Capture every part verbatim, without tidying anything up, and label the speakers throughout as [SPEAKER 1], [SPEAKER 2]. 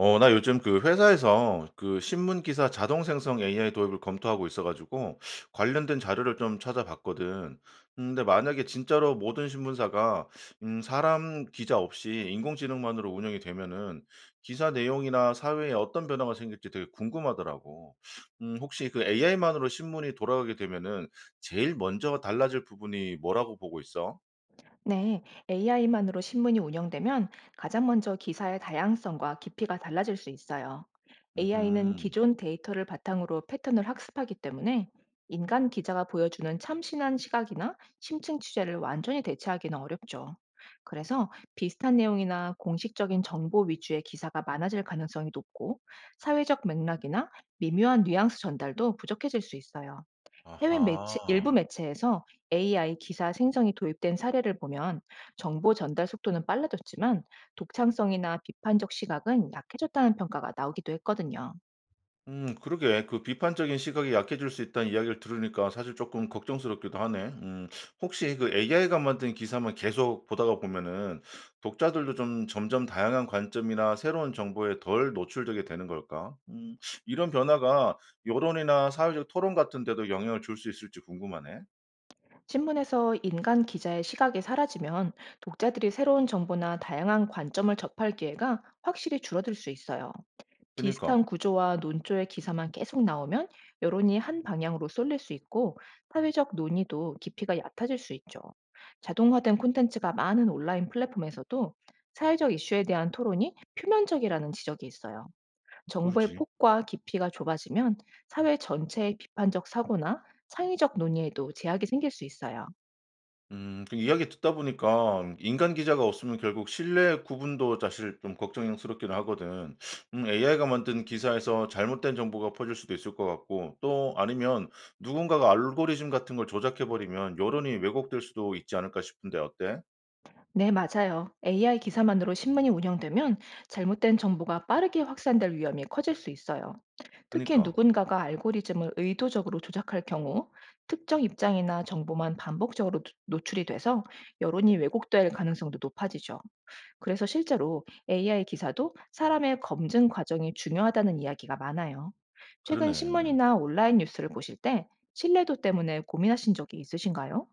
[SPEAKER 1] 어, 나 요즘 그 회사에서 그 신문 기사 자동 생성 에이아이 도입을 검토하고 있어가지고 관련된 자료를 좀 찾아봤거든. 음, 근데 만약에 진짜로 모든 신문사가 음, 사람 기자 없이 인공지능만으로 운영이 되면은 기사 내용이나 사회에 어떤 변화가 생길지 되게 궁금하더라고. 음, 혹시 그 에이아이만으로 신문이 돌아가게 되면은 제일 먼저 달라질 부분이 뭐라고 보고 있어?
[SPEAKER 2] 네, 에이아이만으로 신문이 운영되면 가장 먼저 기사의 다양성과 깊이가 달라질 수 있어요. 에이아이는
[SPEAKER 1] 음,
[SPEAKER 2] 기존 데이터를 바탕으로 패턴을 학습하기 때문에 인간 기자가 보여주는 참신한 시각이나 심층 취재를 완전히 대체하기는 어렵죠. 그래서 비슷한 내용이나 공식적인 정보 위주의 기사가 많아질 가능성이 높고, 사회적 맥락이나 미묘한 뉘앙스 전달도 부족해질 수 있어요. 해외 매체 일부
[SPEAKER 1] 아하.
[SPEAKER 2] 매체에서 에이아이 기사 생성이 도입된 사례를 보면, 정보 전달 속도는 빨라졌지만 독창성이나 비판적 시각은 약해졌다는 평가가 나오기도 했거든요.
[SPEAKER 1] 음 그러게. 그 비판적인 시각이 약해질 수 있다는 이야기를 들으니까 사실 조금 걱정스럽기도 하네. 음 혹시 그 에이아이가 만든 기사만 계속 보다가 보면은 독자들도 좀 점점 다양한 관점이나 새로운 정보에 덜 노출되게 되는 걸까? 음 이런 변화가 여론이나 사회적 토론 같은 데도 영향을 줄 수 있을지 궁금하네.
[SPEAKER 2] 신문에서 인간 기자의 시각이 사라지면 독자들이 새로운 정보나 다양한 관점을 접할 기회가 확실히 줄어들 수 있어요.
[SPEAKER 1] 그니까.
[SPEAKER 2] 비슷한 구조와 논조의 기사만 계속 나오면 여론이 한 방향으로 쏠릴 수 있고, 사회적 논의도 깊이가 얕아질 수 있죠. 자동화된 콘텐츠가 많은 온라인 플랫폼에서도 사회적 이슈에 대한 토론이 표면적이라는 지적이 있어요.
[SPEAKER 1] 그렇
[SPEAKER 2] 정보의
[SPEAKER 1] 지
[SPEAKER 2] 폭과 깊이가 좁아지면 사회 전체의 비판적 사고나 창의적 논의에도 제약이 생길 수 있어요.
[SPEAKER 1] 음 그 이야기 듣다 보니까 인간 기자가 없으면 결국 신뢰 구분도 사실 좀 걱정스럽기는 하거든. 음 에이아이가 만든 기사에서 잘못된 정보가 퍼질 수도 있을 것 같고 또 아니면 누군가가 알고리즘 같은 걸 조작해 버리면 여론이 왜곡될 수도 있지 않을까 싶은데 어때?
[SPEAKER 2] 네, 맞아요. 에이아이 기사만으로 신문이 운영되면 잘못된 정보가 빠르게 확산될 위험이 커질 수 있어요. 특히
[SPEAKER 1] 그니까.
[SPEAKER 2] 누군가가 알고리즘을 의도적으로 조작할 경우 특정 입장이나 정보만 반복적으로 노- 노출이 돼서 여론이 왜곡될 가능성도 높아지죠. 그래서 실제로 에이아이 기사도 사람의 검증 과정이 중요하다는 이야기가 많아요. 최근
[SPEAKER 1] 그러네.
[SPEAKER 2] 신문이나 온라인 뉴스를 보실 때 신뢰도 때문에 고민하신 적이 있으신가요?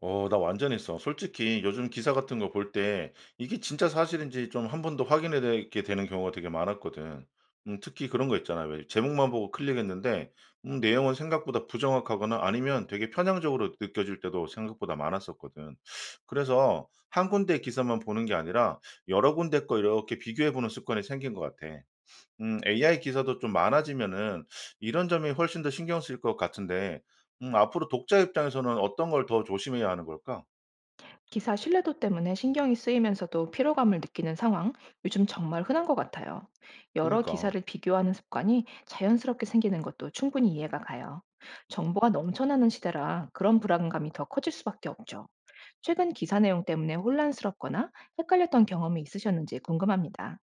[SPEAKER 1] 어, 나 완전 했어. 솔직히 요즘 기사 같은 거 볼 때 이게 진짜 사실인지 좀 한 번 더 확인해 게 되는 경우가 되게 많았거든. 음 특히 그런 거 있잖아. 왜 제목만 보고 클릭했는데 음 내용은 생각보다 부정확하거나 아니면 되게 편향적으로 느껴질 때도 생각보다 많았었거든. 그래서 한 군데 기사만 보는 게 아니라 여러 군데 거 이렇게 비교해 보는 습관이 생긴 것 같아. 음 에이아이 기사도 좀 많아지면은 이런 점이 훨씬 더 신경 쓰일 것 같은데 음 앞으로 독자 입장에서는 어떤 걸 더 조심해야 하는 걸까?
[SPEAKER 2] 기사 신뢰도 때문에 신경이 쓰이면서도 피로감을 느끼는 상황, 요즘 정말 흔한 것 같아요. 여러
[SPEAKER 1] 그니까.
[SPEAKER 2] 기사를 비교하는 습관이 자연스럽게 생기는 것도 충분히 이해가 가요. 정보가 넘쳐나는 시대라 그런 불안감이 더 커질 수밖에 없죠. 최근 기사 내용 때문에 혼란스럽거나 헷갈렸던 경험이 있으셨는지 궁금합니다.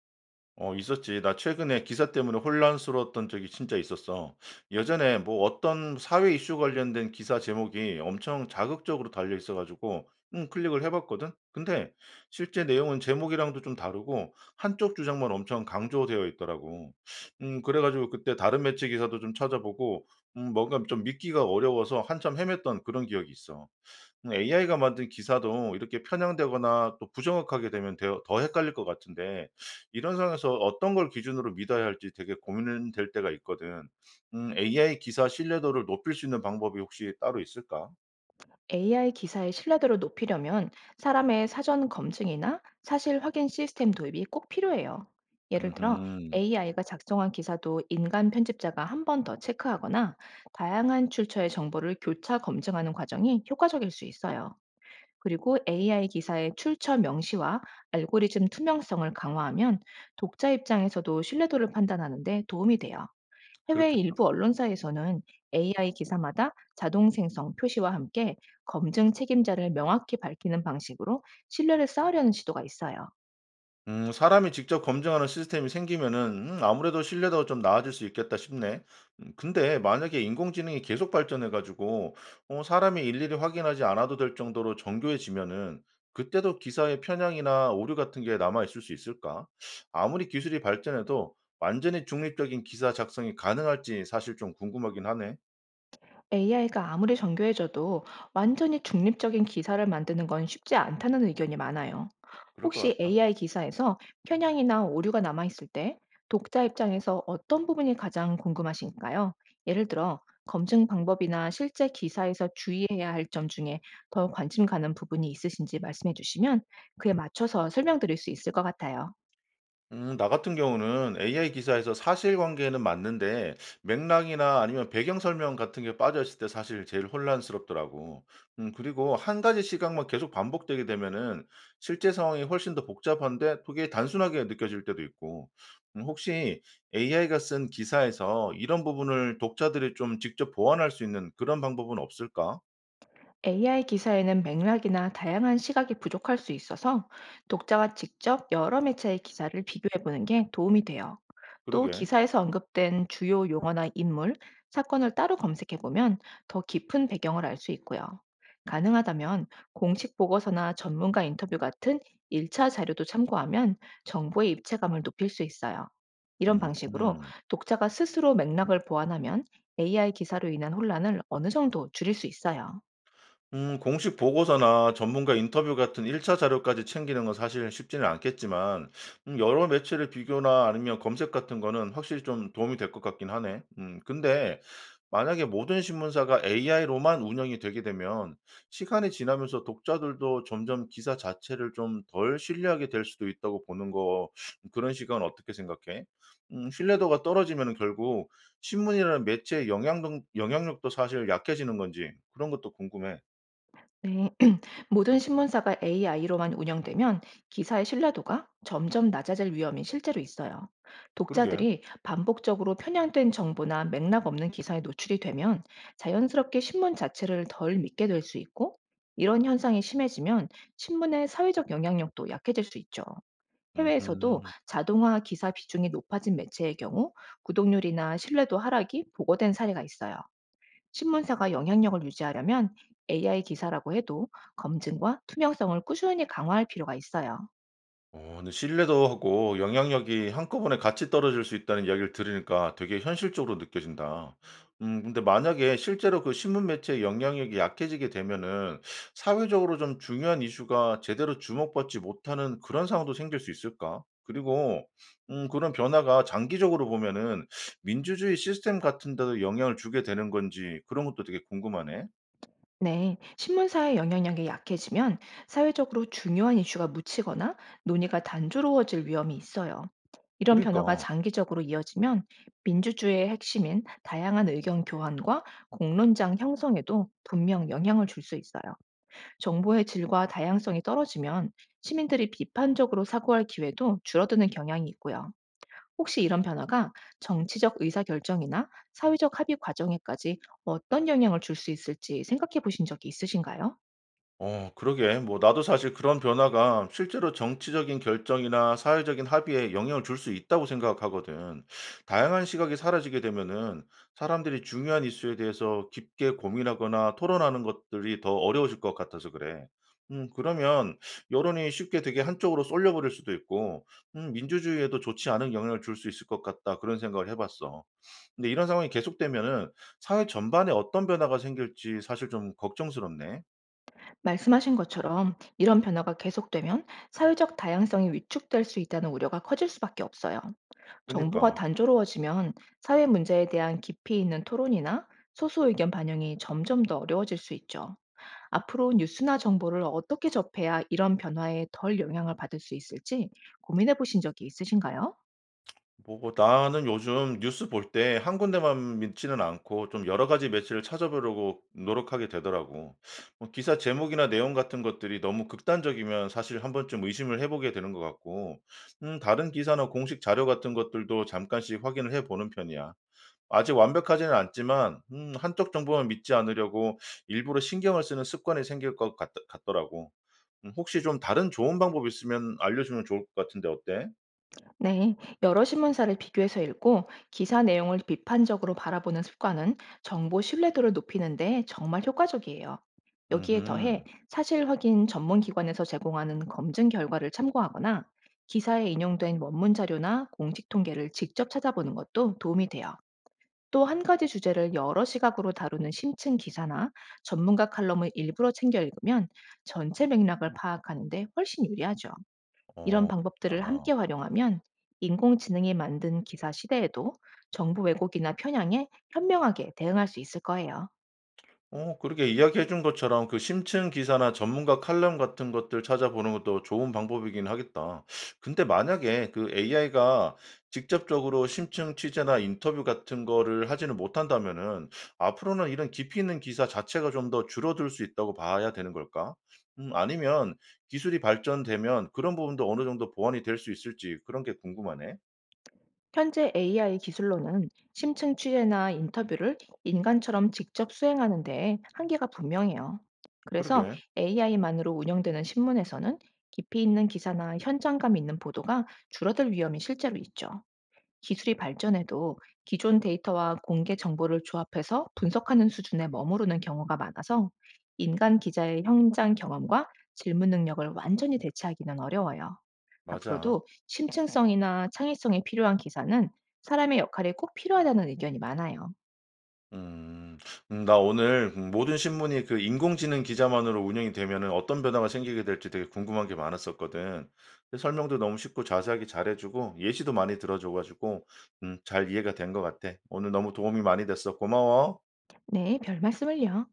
[SPEAKER 1] 어, 있었지. 나 최근에 기사 때문에 혼란스러웠던 적이 진짜 있었어. 예전에 뭐 어떤 사회 이슈 관련된 기사 제목이 엄청 자극적으로 달려 있어 가지고 음 클릭을 해 봤거든. 근데 실제 내용은 제목이랑도 좀 다르고 한쪽 주장만 엄청 강조되어 있더라고. 음 그래 가지고 그때 다른 매체 기사도 좀 찾아보고 음 뭔가 좀 믿기가 어려워서 한참 헤맸던 그런 기억이 있어. 음 에이아이가 만든 기사도 이렇게 편향되거나 또 부정확하게 되면 더 더 헷갈릴 것 같은데 이런 상황에서 어떤 걸 기준으로 믿어야 할지 되게 고민될 때가 있거든. 음 에이아이 기사 신뢰도를 높일 수 있는 방법이 혹시 따로 있을까?
[SPEAKER 2] 에이아이 기사의 신뢰도를 높이려면 사람의 사전 검증이나 사실 확인 시스템 도입이 꼭 필요해요. 예를 들어,
[SPEAKER 1] 음
[SPEAKER 2] 에이아이가 작성한 기사도 인간 편집자가 한 번 더 체크하거나 다양한 출처의 정보를 교차 검증하는 과정이 효과적일 수 있어요. 그리고 에이아이 기사의 출처 명시와 알고리즘 투명성을 강화하면 독자 입장에서도 신뢰도를 판단하는 데 도움이 돼요. 해외
[SPEAKER 1] 그렇겠다.
[SPEAKER 2] 일부 언론사에서는 에이아이 기사마다 자동 생성 표시와 함께 검증 책임자를 명확히 밝히는 방식으로 신뢰를 쌓으려는 시도가 있어요.
[SPEAKER 1] 음, 사람이 직접 검증하는 시스템이 생기면은 음, 아무래도 신뢰도가 좀 나아질 수 있겠다 싶네. 음, 근데 만약에 인공지능이 계속 발전해가지고 어, 사람이 일일이 확인하지 않아도 될 정도로 정교해지면은 그때도 기사의 편향이나 오류 같은 게 남아있을 수 있을까? 아무리 기술이 발전해도 완전히 중립적인 기사 작성이 가능할지 사실 좀 궁금하긴 하네.
[SPEAKER 2] 에이아이가 아무리 정교해져도 완전히 중립적인 기사를 만드는 건 쉽지 않다는 의견이 많아요.
[SPEAKER 1] 그럴
[SPEAKER 2] 혹시
[SPEAKER 1] 것 같다.
[SPEAKER 2] 에이아이 기사에서 편향이나 오류가 남아있을 때 독자 입장에서 어떤 부분이 가장 궁금하신가요? 예를 들어, 검증 방법이나 실제 기사에서 주의해야 할 점 중에 더 관심 가는 부분이 있으신지 말씀해 주시면 그에 맞춰서 설명드릴 수 있을 것 같아요.
[SPEAKER 1] 음, 나 같은 경우는 에이아이 기사에서 사실관계는 맞는데 맥락이나 아니면 배경 설명 같은 게 빠져있을 때 사실 제일 혼란스럽더라고. 음, 그리고 한 가지 시각만 계속 반복되게 되면은 실제 상황이 훨씬 더 복잡한데 그게 단순하게 느껴질 때도 있고. 음, 혹시 에이아이가 쓴 기사에서 이런 부분을 독자들이 좀 직접 보완할 수 있는 그런 방법은 없을까?
[SPEAKER 2] 에이아이 기사에는 맥락이나 다양한 시각이 부족할 수 있어서 독자가 직접 여러 매체의 기사를 비교해 보는 게 도움이 돼요. 또,
[SPEAKER 1] 그러게.
[SPEAKER 2] 기사에서 언급된 주요 용어나 인물, 사건을 따로 검색해 보면 더 깊은 배경을 알 수 있고요. 가능하다면 공식 보고서나 전문가 인터뷰 같은 일 차 자료도 참고하면 정보의 입체감을 높일 수 있어요. 이런
[SPEAKER 1] 음,
[SPEAKER 2] 방식으로
[SPEAKER 1] 음.
[SPEAKER 2] 독자가 스스로 맥락을 보완하면 에이아이 기사로 인한 혼란을 어느 정도 줄일 수 있어요.
[SPEAKER 1] 음 공식 보고서나 전문가 인터뷰 같은 일 차 자료까지 챙기는 건 사실 쉽지는 않겠지만 음 여러 매체를 비교나 아니면 검색 같은 거는 확실히 좀 도움이 될 것 같긴 하네. 음 근데 만약에 모든 신문사가 에이아이로만 운영이 되게 되면 시간이 지나면서 독자들도 점점 기사 자체를 좀 덜 신뢰하게 될 수도 있다고 보는 거. 음, 그런 시각은 어떻게 생각해? 음 신뢰도가 떨어지면 결국 신문이라는 매체의 영향 영향력도 사실 약해지는 건지 그런 것도 궁금해.
[SPEAKER 2] 네. 모든 신문사가 에이아이로만 운영되면 기사의 신뢰도가 점점 낮아질 위험이 실제로 있어요.
[SPEAKER 1] 그러게.
[SPEAKER 2] 독자들이 반복적으로 편향된 정보나 맥락 없는 기사에 노출이 되면 자연스럽게 신문 자체를 덜 믿게 될 수 있고, 이런 현상이 심해지면 신문의 사회적 영향력도 약해질 수 있죠. 해외에서도
[SPEAKER 1] 음
[SPEAKER 2] 자동화 기사 비중이 높아진 매체의 경우 구독률이나 신뢰도 하락이 보고된 사례가 있어요. 신문사가 영향력을 유지하려면 에이아이 기사라고 해도 검증과 투명성을 꾸준히 강화할 필요가 있어요.
[SPEAKER 1] 어 근데 신뢰도 하고 영향력이 한꺼번에 같이 떨어질 수 있다는 이야기를 들으니까 되게 현실적으로 느껴진다. 음 근데 만약에 실제로 그 신문 매체의 영향력이 약해지게 되면은 사회적으로 좀 중요한 이슈가 제대로 주목받지 못하는 그런 상황도 생길 수 있을까? 그리고 음 그런 변화가 장기적으로 보면은 민주주의 시스템 같은 데도 영향을 주게 되는 건지 그런 것도 되게 궁금하네.
[SPEAKER 2] 네, 신문사의 영향력이 약해지면 사회적으로 중요한 이슈가 묻히거나 논의가 단조로워질 위험이 있어요. 이런 변화가
[SPEAKER 1] 그러니까.
[SPEAKER 2] 장기적으로 이어지면 민주주의의 핵심인 다양한 의견 교환과 공론장 형성에도 분명 영향을 줄 수 있어요. 정보의 질과 다양성이 떨어지면 시민들이 비판적으로 사고할 기회도 줄어드는 경향이 있고요. 혹시 이런 변화가 정치적 의사결정이나 사회적 합의 과정에까지 어떤 영향을 줄 수 있을지 생각해 보신 적이 있으신가요?
[SPEAKER 1] 어, 그러게. 뭐, 나도 사실 그런 변화가 실제로 정치적인 결정이나 사회적인 합의에 영향을 줄 수 있다고 생각하거든. 다양한 시각이 사라지게 되면은 사람들이 중요한 이슈에 대해서 깊게 고민하거나 토론하는 것들이 더 어려워질 것 같아서 그래. 음, 그러면 여론이 쉽게 되게 한쪽으로 쏠려버릴 수도 있고, 음, 민주주의에도 좋지 않은 영향을 줄 수 있을 것 같다. 그런 생각을 해봤어. 근데 이런 상황이 계속되면은 사회 전반에 어떤 변화가 생길지 사실 좀 걱정스럽네.
[SPEAKER 2] 말씀하신 것처럼 이런 변화가 계속되면 사회적 다양성이 위축될 수 있다는 우려가 커질 수밖에 없어요. 정보가
[SPEAKER 1] 그러니까.
[SPEAKER 2] 단조로워지면 사회 문제에 대한 깊이 있는 토론이나 소수 의견 반영이 점점 더 어려워질 수 있죠. 앞으로 뉴스나 정보를 어떻게 접해야 이런 변화에 덜 영향을 받을 수 있을지 고민해 보신 적이 있으신가요?
[SPEAKER 1] 뭐 나는 요즘 뉴스 볼 때 한 군데만 믿지는 않고 좀 여러 가지 매체를 찾아보려고 노력하게 되더라고. 뭐 기사 제목이나 내용 같은 것들이 너무 극단적이면 사실 한 번쯤 의심을 해 보게 되는 것 같고 음 다른 기사나 공식 자료 같은 것들도 잠깐씩 확인을 해 보는 편이야. 아직 완벽하지는 않지만 음 한쪽 정보만 믿지 않으려고 일부러 신경을 쓰는 습관이 생길 것 같더 같더라고. 음 혹시 좀 다른 좋은 방법 있으면 알려주면 좋을 것 같은데 어때?
[SPEAKER 2] 네, 여러 신문사를 비교해서 읽고 기사 내용을 비판적으로 바라보는 습관은 정보 신뢰도를 높이는데 정말 효과적이에요. 여기에 더해
[SPEAKER 1] 음음.
[SPEAKER 2] 사실 확인 전문 기관에서 제공하는 검증 결과를 참고하거나 기사에 인용된 원문 자료나 공식 통계를 직접 찾아보는 것도 도움이 돼요. 또, 한 가지 주제를 여러 시각으로 다루는 심층 기사나 전문가 칼럼을 일부러 챙겨 읽으면 전체 맥락을 파악하는 데 훨씬 유리하죠. 이런
[SPEAKER 1] 어,
[SPEAKER 2] 방법들을
[SPEAKER 1] 그렇다.
[SPEAKER 2] 함께 활용하면 인공지능이 만든 기사 시대에도 정부 왜곡이나 편향에 현명하게 대응할 수 있을 거예요.
[SPEAKER 1] 어, 그러게 이야기해 준 것처럼 그 심층 기사나 전문가 칼럼 같은 것들 찾아보는 것도 좋은 방법이긴 하겠다. 근데 만약에 그 에이아이가 직접적으로 심층 취재나 인터뷰 같은 거를 하지는 못한다면은 앞으로는 이런 깊이 있는 기사 자체가 좀 더 줄어들 수 있다고 봐야 되는 걸까? 음 아니면 기술이 발전되면 그런 부분도 어느 정도 보완이 될 수 있을지 그런 게 궁금하네.
[SPEAKER 2] 현재 에이아이 기술로는 심층 취재나 인터뷰를 인간처럼 직접 수행하는 데 한계가 분명해요. 그래서
[SPEAKER 1] 그러게.
[SPEAKER 2] 에이아이만으로 운영되는 신문에서는 깊이 있는 기사나 현장감 있는 보도가 줄어들 위험이 실제로 있죠. 기술이 발전해도 기존 데이터와 공개 정보를 조합해서 분석하는 수준에 머무르는 경우가 많아서 인간 기자의 현장 경험과 질문 능력을 완전히 대체하기는 어려워요.
[SPEAKER 1] 맞아.
[SPEAKER 2] 앞으로도 심층성이나 창의성이 필요한 기사는 사람의 역할이 꼭 필요하다는 의견이 많아요.
[SPEAKER 1] 음. 음 나 오늘 음 모든 신문이 그 인공지능 기자만으로 운영이 되면은 어떤 변화가 생기게 될지 되게 궁금한 게 많았었거든. 근데 설명도 너무 쉽고 자세하게 잘해 주고 예시도 많이 들어 줘 가지고 음 잘 이해가 된 것 같아. 오늘 너무 도움이 많이 됐어. 고마워.
[SPEAKER 2] 네, 별 말씀을요.